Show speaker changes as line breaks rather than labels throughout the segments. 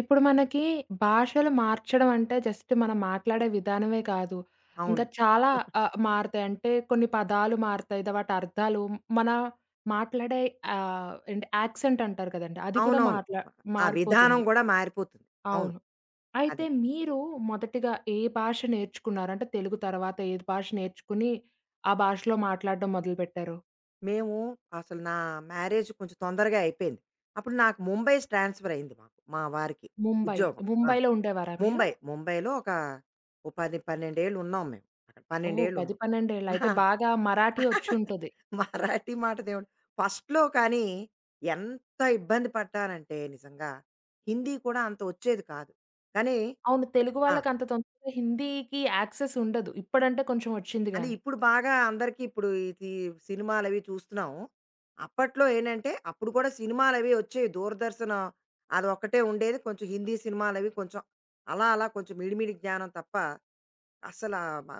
ఇప్పుడు మనకి భాషలు మార్చడం అంటే జస్ట్ మనం మాట్లాడే విధానమే కాదు.
అవును.
ఇంకా చాలా మారతాయి. అంటే కొన్ని పదాలు మారతాయి. వాటి అర్థాలు మన మాట్లాడే ఏంటి యాక్సెంట్ అంటారు కదండీ! అది కూడా
అవునవును. ఆ విధానం
మారిపోతుంది.
గూడా మారిపోతుంది. అవును.
అవును. అయితే
అదే.
మీరు మొదటిగా ఏ భాష నేర్చుకున్నారు? అంటే తెలుగు తర్వాత ఏ భాష నేర్చుకుని ఆ భాషలో మాట్లాడడం మొదలుపెట్టారు?
మేము అసలు నా మ్యారేజ్ కొంచెం తొందరగా అయిపోయింది. అప్పుడు నాకు ముంబై ట్రాన్స్‌ఫర్ అయింది మాకు. మా వారికి
ముంబై.
ఉద్యోగం. ఆ!
ముంబైలో ఉండేవారా మీరు?
ముంబై. ముంబైలో ఓ 10, 12 ఏళ్ళు ఉన్నాం మేము. అక్కడ 12
ఓహ్!
ఏళ్ళు
10,
ఉన్నాం.
12 ఏళ్ల అయితే బాగా మరాఠీ
ఆ!
వచ్చుంటది.
మరాఠీ మాట దేవుడు. ఫస్ట్‌లో ఎంత ఇబ్బంది పడ్డానంటే నిజంగా హిందీ కూడా అంత వచ్చేది కాదు. కానీ
అవును. తెలుగు
ఆ!
వాళ్ళకంత తొందరగా హిందీకి యాక్సెస్ ఉండదు. ఇప్పుడంటే కొంచెం ఒచ్చింది
అంటే
గానీ.
ఇప్పుడు బాగా అందరికీ ఇది సినిమాలవి చూస్తున్నాం. అప్పట్లో ఏంటంటే, అప్పుడు కూడా సినిమాలవి వచ్చేవి. 'దూరదర్శన్' అదొక్కటే ఉండేది. కొంచెం హిందీ సినిమాలవి కొంచెం అలా అలా కొంచెం మిడిమిడి జ్ఞానం తప్ప అసల మ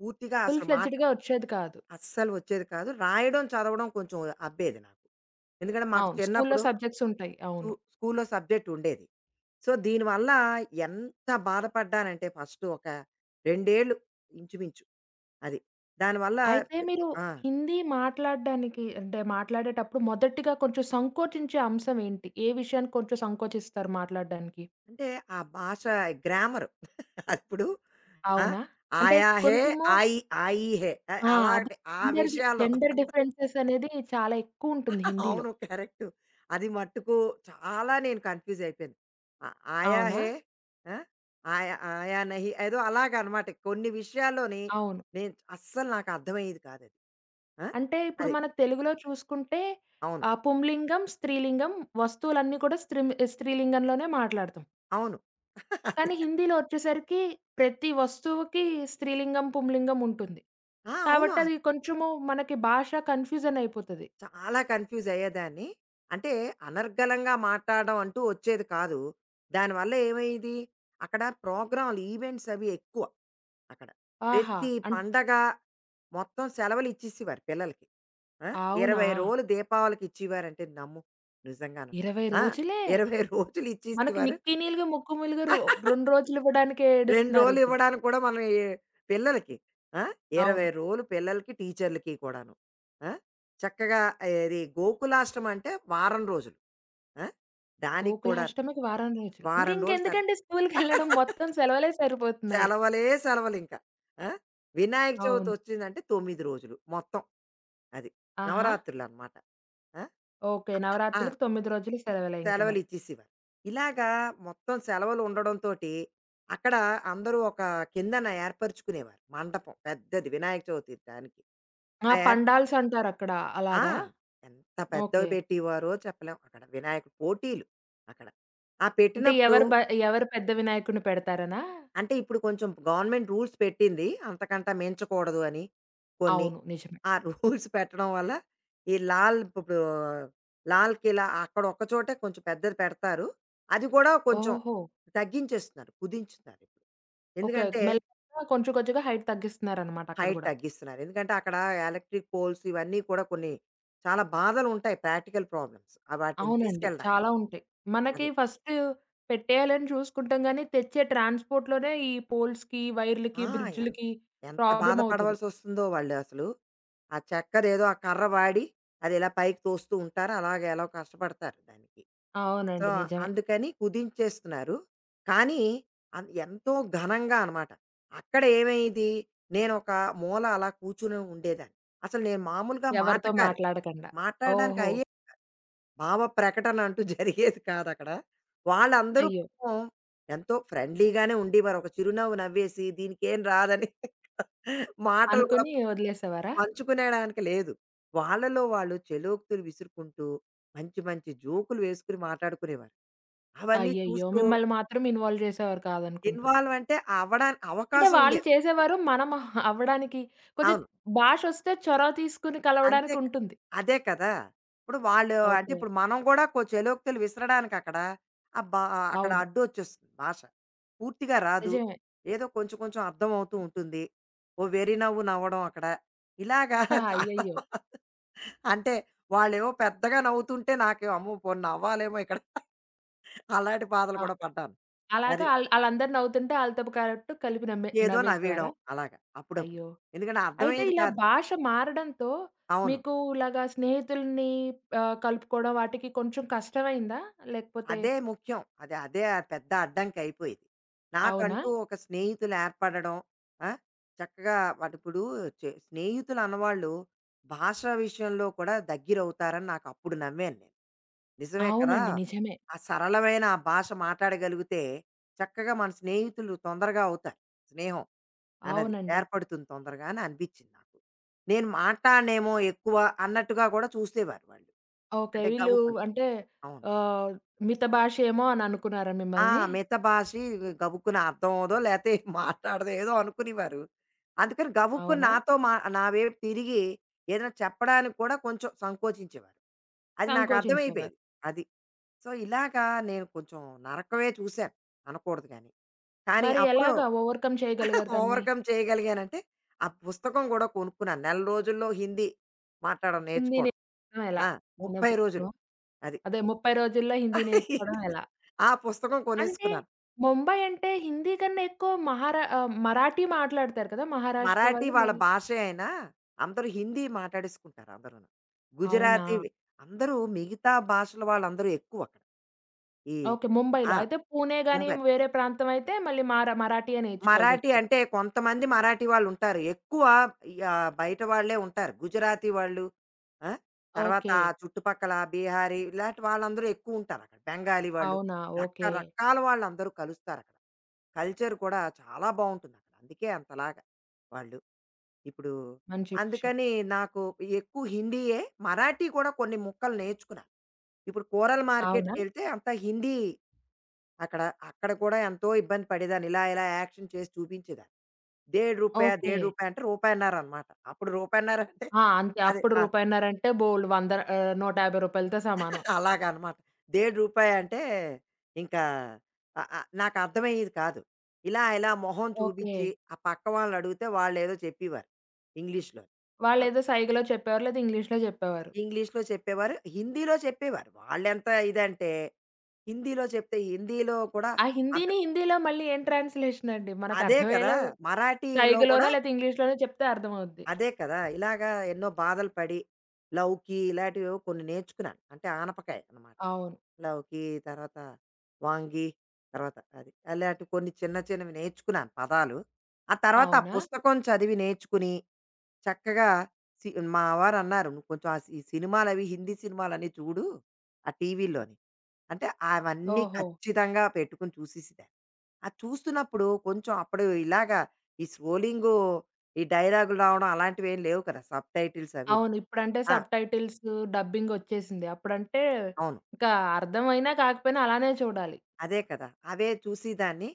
పూర్తిగా
ఫుల్
అసలు మాట
ఫ్లెడ్జ్‌డ్‌గా ఒచ్చేది కాదు.
అస్సలు వచ్చేది కాదు. రాయడం, చదవడం కొంచెం అబ్బేది నాకు. ఎందుకంటే మాకు
అవును. స్కూల్‌లో
చిన్నప్పుడు
సబ్జెక్ట్స్ ఉంటాయి. అవును.
స్కూల్లో సబ్జెక్ట్ ఉండేది. సో, దీనివల్ల ఎంత బాధపడ్డానంటే ఫస్ట్ ఒక 2 ఏళ్ళు ఇంచుమించు అది. దానివల్ల
అయితే
ఇప్పుడు
మీరు
ఆ!
హిందీ మాట్లాడడానికి అంటే మాట్లాడేటప్పుడు మొదటిగా కొంచెం సంకోచించే అంశం ఏంటి? ఏ విషయాన్ని కొంచెం సంకోచిస్తారు మాట్లాడడానికి?
అంటే ఆ భాష గ్రామరు. ఇప్పుడు ఆ!
అవునా? అంటే
ఆయా! హే!
కొంచెము
ఆయి! ఆయి! హే!
ఆ! అది
అలాంటి ఆ
జెండర్
విషయాల్లో.
జెండర్ డిఫరెన్సెస్ అనేది చాలా ఎక్కువుంటుంది హిందీలో.
అవును. కరెక్టు. అది మట్టుకు చాలా నేను కన్‌ఫ్యూజ్ అయిపోయాను. ఆ ఆయా!
అవునా?
హే! ఆ! ఆయా! ఆయా! నహి ఏదో అలాగనమాట. కొన్ని విషయాల్లోని
అవును.
నేను అస్సలు నాకు అర్థమయ్యేది కాదది. ఆ!
అంటే ఇప్పుడు
అది.
మన తెలుగులో చూసుకుంటే
అవును.
పుంలింగం, స్త్రీలింగం వస్తువులన్నీ కూడా స్త్రీలింగంలోనే మాట్లాడతాం.
అవును.
కానీ హిందీలో వచ్చేసరికి ప్రతి వస్తువుకి స్త్రీలింగం, పుంలింగం ఉంటుంది.
ఆ! అవును.
కాబట్టి అది కొంచెము మనకి భాష కన్‌ఫ్యూజన్ అయిపోతది.
చాలా కన్‌ఫ్యూజ్ అయ్యేదాన్ని. అంటే అనర్గళంగా మాట్లాడడం అంటూ వచ్చేది కాదు. దానివల్ల ఏమయ్యేది, అక్కడ ప్రోగ్రామ్‌లు, ఈవెంట్స్ అవి ఎక్కువ అక్కడ.
ఆహా!
ప్రతి
అన్
పండగ మొత్తం సెలవులు ఇచ్చేసేవారు పిల్లలకి. ఆ!
అవునా!
20 రోజులు దీపావళికి ఇచ్చేవారంటే నమ్ము నిజంగాను.
20
ఆ!
రోజులే?
20 రోజులు
మనకి
ఇచ్చేసేవారు.
నిక్కీ నీలుగు, ముక్కు ములుగు 2 రోజులు ఇవ్వడానికే
2 రోజులు
ఏడుస్తున్నారిప్పుడు.
ఇవ్వడానికి కూడా మనం ఈ పిల్లలకి. ఆ! 20
అవును.
రోజులు పిల్లలకి, టీచర్లకి కూడాను. ఆ! చక్కగా ఏది గోకులాష్టమి అంటే వారం రోజులు. ఆ! దానికి కూడా
గోకులాష్టమికి వారం రోజులు.
వారం రోజులు సెలవు.
ఇంకెందుకండి స్కూలుకెళ్ళడం మొత్తం సెలవులే సరిపోతున్నాయి.
సెలవులే సెలవులింక. ఆ! వినాయక చవితి
అవును.
వచ్చిందంటే 9 రోజులు మొత్తం. అది.
ఆహా!
నవరాత్రులనమాట. ఆ!
ఓకే.
ఆ!
నవరాత్రులకు 9 రోజులు సెలవులే ఇంక
సెలవులు
మరి.
ఇచ్చేసేవారు. ఇలాగా మొత్తం సెలవులు ఉండడంతోటి, అక్కడ అందరూ ఒక కిందన ఏర్పరుచుకునేవారు. మండపం పెద్దది వినాయక చవితి దానికి.
ఆ!
ఆ ఏర్
పండాల్స్ అంటారక్కడ.
ఆ!
అలాగా?
ఎంత పెద్దవి
ఓకే.
పెట్టేవారో చెప్పలేం. అక్కడ వినాయకుడు పోటీలు అక్కడ. ఆ
అంటే
పెట్టినప్పుడు
ఎవరు పెద్ద వినాయకుడిని పెడతారనా?
అంటే ఇప్పుడు కొంచెం గవర్నమెంట్ రూల్స్ పెట్టింది. అంతకంటా మించకూడదు అని కొన్ని.
అవును. నిజమే.
ఆ రూల్స్ పెట్టడం వల్ల ఈ లాల్ కిలా అక్కడ ఒక్క చోటే కొంచెం పెద్దది పెడతారు. అది కూడా కొంచెం
ఓహో!
తగ్గించేస్తున్నారు. కుదించుతున్నారు ఇప్పుడు.
ఓకే.
ఎందుకంటే
మెల్లగా కొంచెం కొంచెంగా హైట్ తగ్గిస్తున్నారనమాట అక్కడ
హైట్
గూడా.
తగ్గిస్తున్నారు. ఎందుకంటే అక్కడ ఎలక్ట్రిక్ పోల్స్ ఇవన్నీ కూడా కొన్ని చాలా బాధలుంటాయి ప్రాక్టికల్ ప్రాబ్లమ్స్. ఆ వాటిని
అవునండి.
తీసుకెళ్ళడానికి.
చాలా ఉంటాయి. మనకి
అది.
ఫస్ట్ పెట్టేయాలని చూసుకుంటాం గానీ, తెచ్చే ట్రాన్స్‌పోర్ట్‌లోనే ఈ పోల్స్‌కి, వైర్‌లకి,
ఆ! ఎన్
బ్రిడ్జ్‌లకి
ఎంత
ప్రాబ్లమ్ అవుతది.
బాధపడవలసొస్తుందో వాళ్ళు అసలు. ఆ చెక్కదేదో ఆ కర్ర వాడి అదిలా పైకి తోస్తూ ఉంటారు. అలాగ ఎలాగో కష్టపడతారు దానికి. సో,
అవునండి. నిజమే.
అందుకని కుదించేస్తున్నారు. కానీ ఎంతో ఘనంగా అనమాట. అక్కడ ఏమైంది నేనొక మూల అలా కూర్చుని ఉండేదాన్ని. అసలు నేను మామూలుగా
ఎవరితో
మాటకారి.
మాట్లాడకండా.
మాట్లాడడానికి
ఓహో!
అయ్యే భావ ప్రకటన అంటూ జరిగేది కాదక్కడ. వాళ్ళందరూ
అయ్యో!
పాపం ఎంతో ఫ్రెండ్లీగానే ఉండేవారు. ఒక చిరునవ్వు నవ్వేసి దీనికేం రాదని మాటలు కూడా
అనుకోని వదిలేసేవారా?
పంచుకునేడానికి లేదు. వాళ్ళలో వాళ్ళు చెలోక్తులు విసురుకుంటూ, మంచి మంచి జోకులు వేసుకుని మాట్లాడుకునేవారు. అవన్నీ
అయ్యయ్యో!
చూస్తూ
మిమ్మల్ని మాత్రం ఇన్వాల్వ్ చేసేవారు కాదనుకుంటా.
ఇన్వాల్వ్ అంటే అవ్వడానికి
అంటే
అవకాశం
వాళ్ళు
ఉండేది.
చేసేవారు. మనం అవ్వడానికి కొంచెం
అవును.
భాషొస్తే చొరవ తీసుకొని
అంతే
కలవడానికి
కదా!
ఉంటుంది.
అదే కదా! ఇప్పుడు వాళ్ళు అంటే
ఓకే.
ఇప్పుడు మనం కూడా చెలోక్తులు విసరడానికి అక్కడ ఆహ్, బా అక్కడ
అవును.
అడ్డొచ్చేస్తుంది భాష. పూర్తిగా రాదు.
నిజమే.
ఏదో కొంచెం కొంచెం అర్థమవుతూ ఉంటుంది. ఓ వెర్రి నవ్వు నవ్వడం అక్కడ. ఇలాగా
ఆ!
చాలా
అయ్యయ్యో!
అంటే వాళ్ళేమో పెద్దగా నవ్వుతుంటే నాకు అమ్మో పోనీ నవ్వాలేమో ఇక్కడ అలాంటి బాధలు
ఆ!
కూడా పడ్డాను.
అలాగా
అది
ఆళ్ళందరూ నవ్వుతుంటే ఆళ్ళతో పాటు కలిపి నమ్మే
ఏదో నవ్వేయడం
నవ్వేసేవారా?
అలాగా అప్పుడప్పుడు.
అయ్యో!
ఎందుకంటే
అయితే
అర్థమయ్యేది
ఇలా
కాదు.
భాష మారడంతో
అవును.
మీకు ఇలాగా స్నేహితుల్ని కలుపుకోవడం వాటికి కొంచెం కష్టమైందా? లేకపోతే
అదే ముఖ్యం. అదే ఆ పెద్ద అడ్డంకయిపోయేది.
అవునా?
నాకంటూ ఒక స్నేహితులు ఏర్పడడం. ఆ! చక్కగా వాటిప్పుడు స్నేహితులన్నవాళ్ళు భాష విషయంలో కూడా దగ్గరవుతారని నాకప్పుడు నమ్మాను నేను. నిజమే కదా!
అవునండి. నిజమే.
ఆ సరళమైన ఆ భాష మాట్లాడగలిగితే చక్కగా మన స్నేహితులు తొందరగా అవుతారు. స్నేహం అన్నది
అవునండి.
ఏర్పడుతుంది తొందరగా అని అనిపిచ్చింది నాకు. నేను మాట్లాడనేమో ఎక్కువ అన్నట్టుగా కూడా చూసేవారు వాళ్ళు.
ఓకే.
అంటే
వీళ్ళు
గబుక్కుని.
అంటే
అవును.
ఆహ్, మిత భాష ఏమో అని అనుకున్నారా
ఆ!
మిమ్మల్ని?
మిత భాషి గబుక్కున అర్థం అవ్వదో లేతే మాట్లాడదో ఏదో అనుకునేవారు. అందుకని గబుక్కున
అవునా?
నాతో మా నా వైపు తిరిగి ఏదైనా చెప్పడానికి కూడా కొంచెం సంకోచించేవారు. అది నాకు
సంకోచించేవారు.
అర్థమైపోయేది. అది. సో, ఇలాగా నేను కొంచెం నరకమే చూశాను. అనకూడదు గాని. కానీ
మరి
అప్పుడు.
ఎలాగా ఓవర్‌కమ్ చేయగలిగారు దాన్ని?
ఓవర్‌కమ్ చేయగలిగానంటే ఆ పుస్తకం గూడా కొనుక్కున్నాను. నెల రోజుల్లో హిందీ మాట్లాడడం
హిందీ
నేర్చుకోవడం.
నేర్చుకోవడం ఎలా?
ఆ!
అనే
30 రోజులు.
పుస్తకమా?
అది.
అదే 30 రోజుల్లో హిందీ నేర్చుకోవడం ఎలా?
ఆ పుస్తకం
అంటే
కొనేసుకున్నాను.
ముంబై అంటే హిందీ కన్నా ఎక్కువ మరాఠీ మాట్లాడతారు కదా! మహారాష్ట్ర
మరాఠీ
వాళ్ళు
వాళ్ళ
మరి.
భాషే అయినా అందరూ హిందీ మాట్లాడేసుకుంటారు అందరూను.
అవునా?
గుజరాతీ అందరూ మిగతా భాషల వాళ్ళందరూ ఎక్కువ అక్కడ. ఈ
ఓకే. ముంబైలో.
ఆ!
అయితే పూణే గాని
ముంబై.
వేరే ప్రాంతం అయితే మళ్ళీ మరాఠీయే
మరాఠీ
నేర్చుకోవాల్సొచ్చేది.
అంటే కొంతమంది మరాఠీ వాళ్ళుంటారు. ఎక్కువ ఈ బయట వాళ్ళే ఉంటారు. గుజరాతీ వాళ్ళు. ఆ! తర్వాత
ఓకే.
ఆ చుట్టుపక్కల బీహారీ ఇలాంటి వాళ్ళందరూ ఎక్కువుంటారక్కడ. బెంగాలీ వాళ్ళు.
అవునా? ఓకే.
రకరకాల వాళ్ళందరూ కలుస్తారక్కడ. కల్చర్ కూడా చాలా బావుంటుందక్కడ. అందుకే అంతలాగా వాళ్ళు. ఇప్పుడు
మంచి విషయం.
అందుకని నాకు ఎక్కువ హిందీయే మరాఠీ కూడా కొన్ని ముక్కలు నేర్చుకున్నాను ఇప్పుడు కూరల
అవునా?
మార్కెట్కి వెళ్తే అంతా హిందీ అక్కడ అక్కడ కూడా ఎంతో ఇబ్బంది పడేదాన్ని ఇలా ఇలా యాక్షన్ చేసి చూపించేదాన్ని. దేడు రూపాయ
ఓకే.
దేడు రూపాయ అంటే రూపాయన్నర అనమాట. అప్పుడు రూపాయన్నర అంటే
ఆ! అంతే.
అదే
అప్పుడు
ఆ,
రూపాయిన్నర అంటే బోలెడు రూ. 150తో సమానం.
అలాగా అనమాట. దేడు రూపాయ అంటే ఇంకా నాకు అర్థమయ్యేది కాదు. ఇలా ఇలా మొహం
ఓకే.
చూపించి ఆ పక్క వాళ్ళని అడిగితే వాళ్ళు ఏదో చెప్పేవారు ఇంగ్లీష్లో.
వాళ్ళేదో సైగలో చెప్పేవారు లేదా ఇంగ్లీష్‌లో చెప్పేవారు.
ఇంగ్లీష్‌లో చెప్పేవారు. హిందీలో చెప్పేవారు. వాళ్ళెంత ఇదంటే, హిందీలో చెప్తే హిందీలో కూడా
ఆ
అంత
హిందీని హిందీలో మళ్ళీ ఏం ట్రాన్స్‌లేషన్ అండి.
అదే కదా!
మనకర్థమయ్యేలా
మరాఠీలో కూడా
సైగలోనో లేతే ఇంగ్లీష్‌లోనో చెప్తే అర్థమవుద్ది.
అదే కదా! ఇలాగా ఎన్నో బాధలు పడి, లౌకి ఇలాంటివేవో కొన్ని నేర్చుకున్నాను. అంటే ఆనపకాయ అనమాట.
అవును.
లౌకి, తర్వాత వాంగి, తర్వాత అది. అలాంటి కొన్ని చిన్న చిన్నవి నేర్చుకున్నాను పదాలు. ఆ తర్వాత ఆ
అవునా?
పుస్తకం చదివి నేర్చుకుని, చక్కగా సి మా వారన్నారు, "నువ్వు కొంచెం ఆ సి ఈ సినిమాలవి హిందీ సినిమాలన్నీ చూడు ఆ టీవీ‌ల్లోని." అంటే అవన్నీ
ఓహో!
ఖచ్చితంగా పెట్టుకుని చూసేసేదాన్ని. అది చూస్తున్నప్పుడు కొంచెం అప్పుడు ఇలాగా ఈ స్క్రోలింగు, ఈ డైలాగులు రావడం అలాంటివేం లేవు కదా! సబ్‌టైటిల్స్ అవీను.
అవును. ఇప్పుడంటే
ఆ!
సబ్‌టైటిల్స్, డబ్బింగ్ ఒచ్చేసింది. అప్పుడంటే
అవును.
ఇంకా అర్థమైనా కాకపోయినా అలానే చూడాలి.
అదే కదా! అవే చూసేదాన్ని.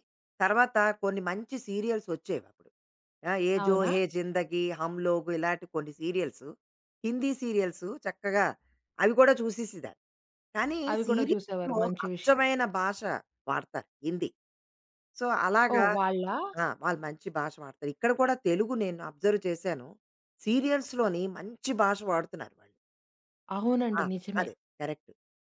తర్వాత కొన్ని మంచి సీరియల్స్ వచ్చేవప్పుడు. ఆ! 'ఏ జో
అవునా?
హే జిందగీ', 'హమ్ లోగ్' ఇలాంటి కొన్ని సీరియల్స్. హిందీ సీరియల్స్ చక్కగా అవి కూడా చూసేసేదాన్ని. కానీ
అవి కూడా
సీరియల్స్‌లో
చూసేవారు. మంచి విషయం.
అచ్చమైన భాష వాడతారు హిందీ. సో, అలాగా
ఓహ్! వాళ్ళా?
ఆ! వాళ్ళు మంచి భాష వాడతారు. ఇక్కడ కూడా తెలుగు నేను అబ్జర్వ్ చేశాను. సీరియల్స్‌లోని మంచి భాష వాడుతున్నారు వాళ్ళు. ఆ!
అవునండి. నిజమే.
అదే. కరెక్ట్.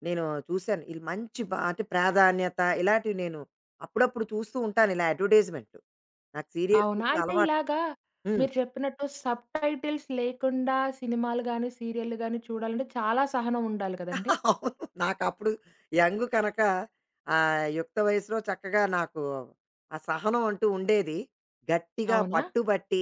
నేను చూశాను. ఈళ్ళు మంచి అంటే ప్రాధాన్యత ఇలాంటివి నేను అప్పుడప్పుడు చూస్తూ ఉంటాను ఇలా అడ్వర్‌టైజ్‌మెంట్‌లు. నాకు సీరియల్స్
అవునా?
చూసే
అయితే
అలవాటు.
ఇలాగా
హ్మ్.
మీరు చెప్పినట్టు సబ్‌టైటిల్స్ లేకుండా సినిమాలు గాని, సీరియల్‌లు గాని చూడాలంటే చాలా సహనం ఉండాలి కదండీ!
అవును. నాకప్పుడు యంగ్ కనక యుక్త వయసులో చక్కగా నాకు ఆ సహనం అంటూ ఉండేది. గట్టిగా
అవునా?
పట్టుబట్టి,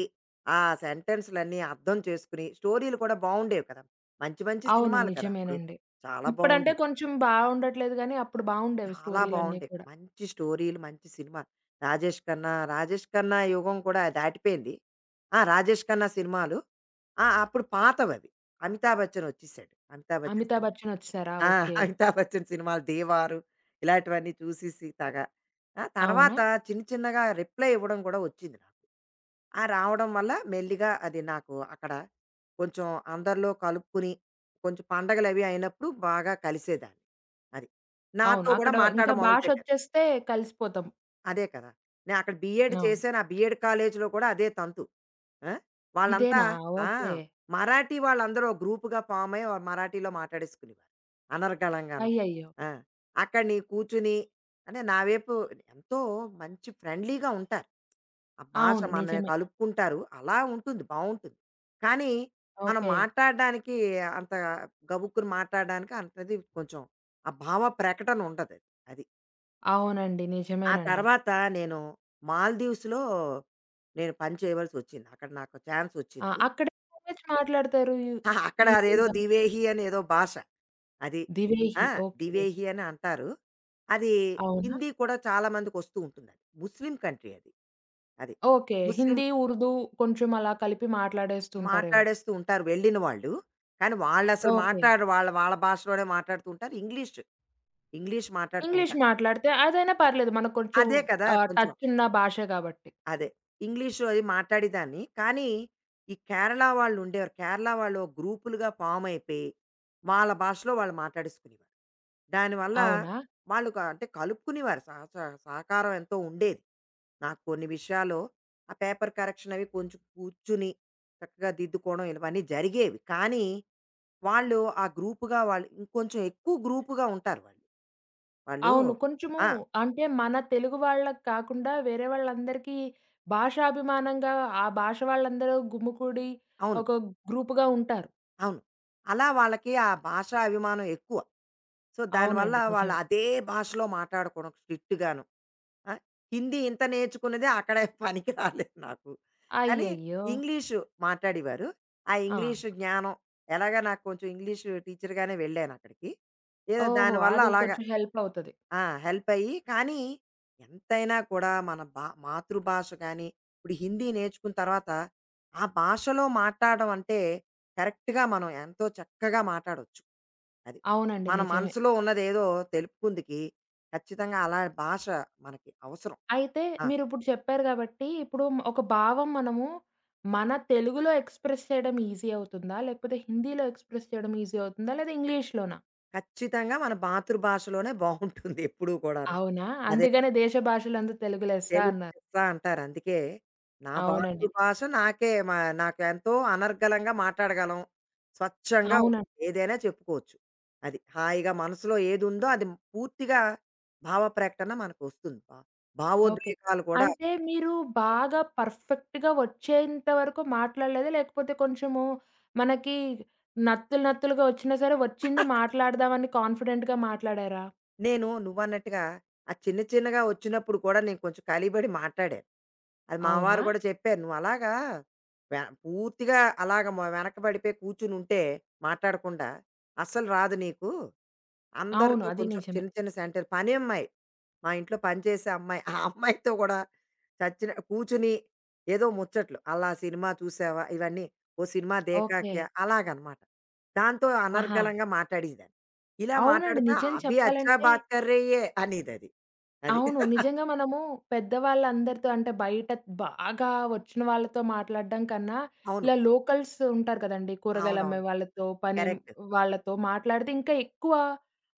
ఆ సెంటెన్స్‌లన్నీ అర్థం చేసుకుని, స్టోరీలు కూడా బావుండేవి కదా! మంచి మంచి
అవును.
సినిమాలు కదా! అప్పుడు.
నిజమేనండి.
చాలా
ఇప్పుడంటే
బావుండేవి.
కొంచెం బావుండట్లేదు గానీ, అప్పుడు బావుండేవి
చాలా
స్టోరీలన్నీ
బావుండేవి.
కూడా.
మంచి స్టోరీలు, మంచి సినిమా. 'రాజేష్ ఖన్నా' యుగం కూడా దాటిపోయింది. ఆ! 'రాజేష్ ఖన్నా' సినిమాలు. ఆ! అప్పుడు పాతవవి. అమితాబ్ బచ్చన్ వచ్చేసాడు. అమితాబ్ బచ్చన్
'అమితాబ్
సినిమా.
బచ్చన్' వచ్చేసారా?
ఆ!
ఓకే.
'అమితాబ్ బచ్చన్' సినిమాలు 'దేవారు' ఇలాంటివన్నీ చూసేసి తాగా. ఆ
అవునా?
తర్వాత చిన్న చిన్నగా రిప్లై ఇవ్వడం కూడా వచ్చింది నాకు. ఆ రావడం వల్ల మెల్లిగా అది నాకు అక్కడ కొంచెం అందరిలో కలుపుకుని కొంచెం పండగలవి అయినప్పుడు బాగా కలిసేదాన్ని. అది. నాతో
అవును.
కూడా
అక్కడ ఇంకా
మాట్లాడడం మొదలుపెట్టారు.
భాషొచ్చేస్తే కలిసిపోతాం.
అదే కదా! నేను అక్కడ బీఎడ్
అవును.
చేశాను. ఆ బీఎడ్ కాలేజీలో కూడా అదే తంతు. ఆ! వాళ్ళంతా
ఇదేనా?
ఆ!
ఓకే.
మరాఠీ వాళ్ళందరూ ఓ గ్రూప్‌గా ఫార్మ్ అయ్యి వాళ్ళు మరాఠీలో మాట్లాడేసుకునేవారు. అనర్గళంగాను.
అయ్యయ్యో!
ఆ! అక్కడ కూర్చుని అంటే నా వైపు ఎంతో మంచి ఫ్రెండ్లీగా ఉంటారు. ఆ భాష
అవును.
మనల్ని
నిజమే.
కలుపుకుంటారు. అలా ఉంటుంది. బావుంటుంది. కానీ మనం
ఓకే.
మాట్లాడడానికి అంత గబుక్కున మాట్లాడడానికి అంతది కొంచెం ఆ భావ ప్రకటన ఉండదు. అది.
అవునండి.
ఆ
నిజమేనండి.
తర్వాత నేను మాల్దీవ్స్‌లో నేను పని చేయవలసొచ్చింది. అక్కడ నాకు
ఆ!
చాన్సొచ్చింది.
అక్కడ ఏం లాంగ్వేజ్ మాట్లాడతారు
అక్కడ అదేదో
యూజువల్‌గా?
దివేహి అనేదో భాష. అది. ఆ!
'దివేహి' ఓకే.
దివేహి అని అంటారు. అది
అవునా?
హిందీ కూడా చాలా మందికొస్తూ ఉంటుందది. ముస్లిం కంట్రీ అది. అది.
ఓకే.
ముస్లిం
హిందీ, ఉర్దూ కొంచెం అలా కలిపి మాట్లాడేస్తుంటారేమో.
మాట్లాడేస్తూ ఉంటారు వెళ్ళిన వాళ్ళు. కానీ వాళ్ళసలు
ఓకే.
మాట్లాడరు. వాళ్ళ వాళ్ళ భాషలోనే మాట్లాడుతూ ఉంటారు. ఇంగ్లీష్, ఇంగ్లీష్ మాట్లాడుతూ
ఇంగ్లీష్
ఉంటారు.
మాట్లాడితే అదైనా పర్లేదు. మనకు కొంచెం
అదే కదా! కొంచెం
టచ్ ఉన్న భాష కాబట్టి.
అదే. ఇంగ్లీషు అది మాట్లాడేదాన్ని. కానీ, ఈ కేరళ వాళ్ళు ఉండేవారు. కేరళ వాళ్ళు గ్రూపులుగా ఫార్మ్ అయిపోయి, వాళ్ళ భాషలో వాళ్ళు మాట్లాడేసుకునేవారు. దానివల్ల
అవునా?
వాళ్ళు అంటే కలుపుకునేవారు. సహ స సహకారం ఎంతో ఉండేది. నాకు కొన్ని విషయాల్లో ఆ పేపర్ కరెక్షన్ అవి కొంచెం కూర్చుని, చక్కగా దిద్దుకోవడం ఇవన్నీ జరిగేవి. కానీ, వాళ్ళు ఆ గ్రూప్‌గా వాళ్ళు ఇంకొంచెం ఎక్కువ గ్రూప్‌గా ఉంటారు వాళ్ళు. వాళ్ళు
అవును. కొంచెము
ఆ!
అంటే మన తెలుగు వాళ్ళకి కాకుండా వేరే వాళ్ళందరికీ భాషాభిమానంగా ఆ భాష వాళ్ళందరూ గుమికూడి
అవును.
ఒక గ్రూప్‌గా ఉంటారు.
అవును. అలా వాళ్ళకి ఆ భాషా అభిమానం ఎక్కువ. సో, దానివల్ల
అవునండి.
వాళ్ళు
నిజమే.
అదే భాషలో మాట్లాడుకోవడం స్ట్రిక్ట్‌గాను. ఆ! హిందీ ఇంత నేర్చుకున్నదే అక్కడ పనికి రాలేదు నాకు. కానీ
అయ్యయ్యో!
ఇంగ్లీషు మాట్లాడేవారు. ఆ
ఆ!
ఇంగ్లీషు జ్ఞానం ఎలాగా నాకు కొంచెం ఇంగ్లీషు టీచర్‌గానే వెళ్ళానక్కడికి. ఏదో
ఓహో!
దానివల్ల
అది
అలాగా
కొంచెం హెల్ప్ అవుతది.
ఆ! హెల్పయ్యి, కానీ ఎంతైనా కూడా మన మాతృభాష గాని, ఇప్పుడు హిందీ నేర్చుకున్న తర్వాత, ఆ భాషలో మాట్లాడడం అంటే, కరెక్ట్‌గా మనం ఎంతో చక్కగా మాటాడొచ్చు. అది.
అవునండి.
మన
నిజమే.
మనసులో ఉన్నదేదో తెలుపుకుందుకి, ఖచ్చితంగా అలాంటి భాష మనకి అవసరం.
అయితే
ఆ!
మీరిప్పుడు చెప్పారు గాబట్టి, ఇప్పుడు ఒక భావం మనము మన తెలుగులో ఎక్స్‌ప్రెస్ చేయడం ఈజీ అవుతుందా? లేకపోతే హిందీలో ఎక్స్‌ప్రెస్ చేయడం ఈజీ అవుతుందా? లేదా ఇంగ్లీష్‌లోనా?
ఖచ్చితంగా మన మాతృభాషలోనే బావుంటుంది ఎప్పుడూ కూడాను.
అవునా?
అదే.
అందుకనే దేశ భాషలందు తెలుగు లెస్స
తెలుగు
అన్నారు.
లెస్స అంటారు. అందుకే నా
అవునండి.
మాతృభాష నాకే మా నాకెంతో అనర్గళంగా మాట్లాడగలం. స్వచ్ఛంగా
అవునండి.
ఉంటుంది. ఏదైనా చెప్పుకోవచ్చు. అది. హాయిగా మనసులో ఏదుందో అది పూర్తిగా భావ ప్రకటన మనకొస్తుంది.
ఓకే.
భావోద్వేగాలు కూడా.
అంటే మీరు బాగా పర్ఫెక్ట్‌గా వచ్చేంత వరకు మాట్లాడలేదా? లేకపోతే కొంచెము మనకి నత్తులు నత్తులుగా వచ్చినా సరే వచ్చింది మాట్లాడదామని కాన్ఫిడెంట్‌గా మాట్లాడారా?
నేను నువ్వన్నట్టుగా ఆ చిన్న చిన్నగా వచ్చినప్పుడు కూడా నేను కొంచెం కలిబడి మాట్లాడాను. అది మా వారు
అవునా?
గూడా చెప్పారు. "నువ్వలాగా వె పూర్తిగా అలాగ వెనకబడిపోయి కూర్చునుంటే మాట్లాడకుండా అస్సలు రాదు నీకు.
అవును.
అందరితో
అది
కొంచెం
నిజమే.
చిన్న చిన్న సెంటర్" పని అమ్మాయి. మా ఇంట్లో పనిచేసే అమ్మాయి. ఆ అమ్మాయితో గూడా చచ్చిన కూర్చుని ఏదో ముచ్చట్లు. "అలా సినిమా చూసావా?" ఇవన్నీ. "ఓ సినిమా
ఓకే.
'దేకాక్య' అలాగనమాట. దాంతో
ఆహా!
అనర్గళంగా మాట్లాడేదాన్ని. ఇలా
అవునండి.
మాట్లాడితే
నిజం
అభి అచ్చా
చెప్పాలంటే
బాత్ కర్ రహీ హై అనేదది. అది.
అవును. నిజంగా మనము పెద్దవాళ్ళందరితో అంటే బయట బాగా వచ్చిన వాళ్ళతో మాట్లాడడం కన్నా,
అవును.
ఇలా లోకల్స్ ఉంటారు కదండీ! కూరగాయలు అమ్మే
అవునవును.
వాళ్ళతో, పని
కరెక్ట్.
వాళ్ళతో మాట్లాడితే ఇంకా ఎక్కువ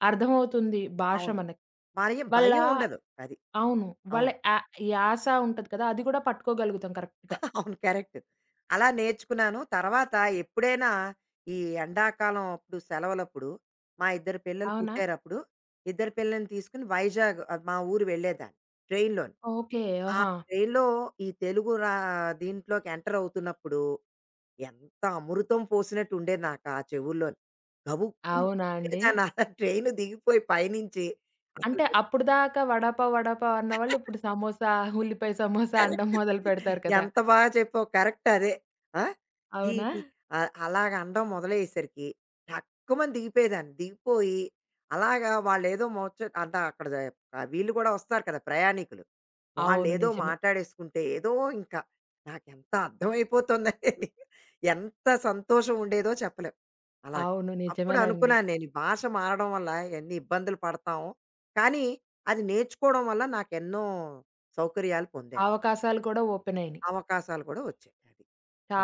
అర్థమవుతుంది భాష
అవును.
మనకి.
మరి
వాళ్ళ
భయం ఉండదు. అది.
అవును. వాళ్ళ
అవును.
యాస ఉంటది కదా! అది కూడా పట్టుకోగలుగుతాం కరెక్ట్‌గా.
అవును. కరెక్ట్. అలా నేర్చుకున్నాను. తర్వాత ఎప్పుడైనా ఈ ఎండాకాలం అప్పుడు సెలవులప్పుడు మా ఇద్దరు పిల్లలు
అవునా?
పుట్టారప్పుడు, ఇద్దరు పిల్లల్ని తీసుకొని వైజాగ్ మా ఊరు వెళ్ళేదాన్ని ట్రైన్‌లోని.
ఓకే.
ఆ
ఆహా!
ట్రైన్‌లో ఈ తెలుగు రా దీంట్లోకి ఎంటర్ అవుతున్నప్పుడు ఎంత అమృతం పోసినట్టు ఉండేది నాకు ఆ చెవుల్లోని. గబుక్కున
అవునా అండి?
దిగిపోయేదాన్ని. ఆ ట్రైన్ దిగిపోయి పైనుంచి అసలు
అంటే అప్పటిదాకా వడపావ్, వడపావ్ అన్నవాళ్ళు ఇప్పుడు సమోసా, ఉల్లిపాయ సమోసా అనడం మొదలుపెడతారు కదా!
ఎంత బాగా చెప్పావు. కరెక్ట్ అదే. ఆ! ఈ
అవునా?
టి అలాగ అనడం మొదలయ్యేసరికి టక్కుమని దిగిపోయేదాన్ని. దిగిపోయి అలాగా వాళ్ళేదో ముచ్చట అంటే అక్కడ వీళ్ళు కూడా వస్తారు కదా! ప్రయాణికులు.
అవును.
వాళ్ళేదో
నిజమే.
మాట్లాడేసుకుంటే ఏదో ఇంకా నాకెంత అర్థమైపోతుందనేది ఎంత సంతోషం ఉండేదో చెప్పలేం. అలాగ.
అవును.
అప్పుడు
నిజమేనండి.
అనుకున్నాను నేను ఈ భాష మారడం వల్ల ఎన్ని ఇబ్బందులు పడతాం. కానీ అది నేర్చుకోవడం వల్ల నాకెన్నో సౌకర్యాలు పొందాను.
అవకాశాలు కూడా ఓపెనయినియి.
అవకాశాలు కూడా వచ్చాయి. అది.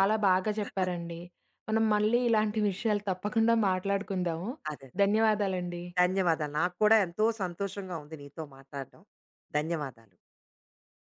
అది.
బాగా చెప్పారండి. మనం మళ్ళీ ఇలాంటి విషయాలు తప్పకుండా మాట్లాడుకుందాము.
అదే. అదే.
ధన్యవాదాలండి.
ధన్యవాదాలు. నాకు కూడా ఎంతో సంతోషంగా ఉంది నీతో మాట్లాడడం. ధన్యవాదాలు.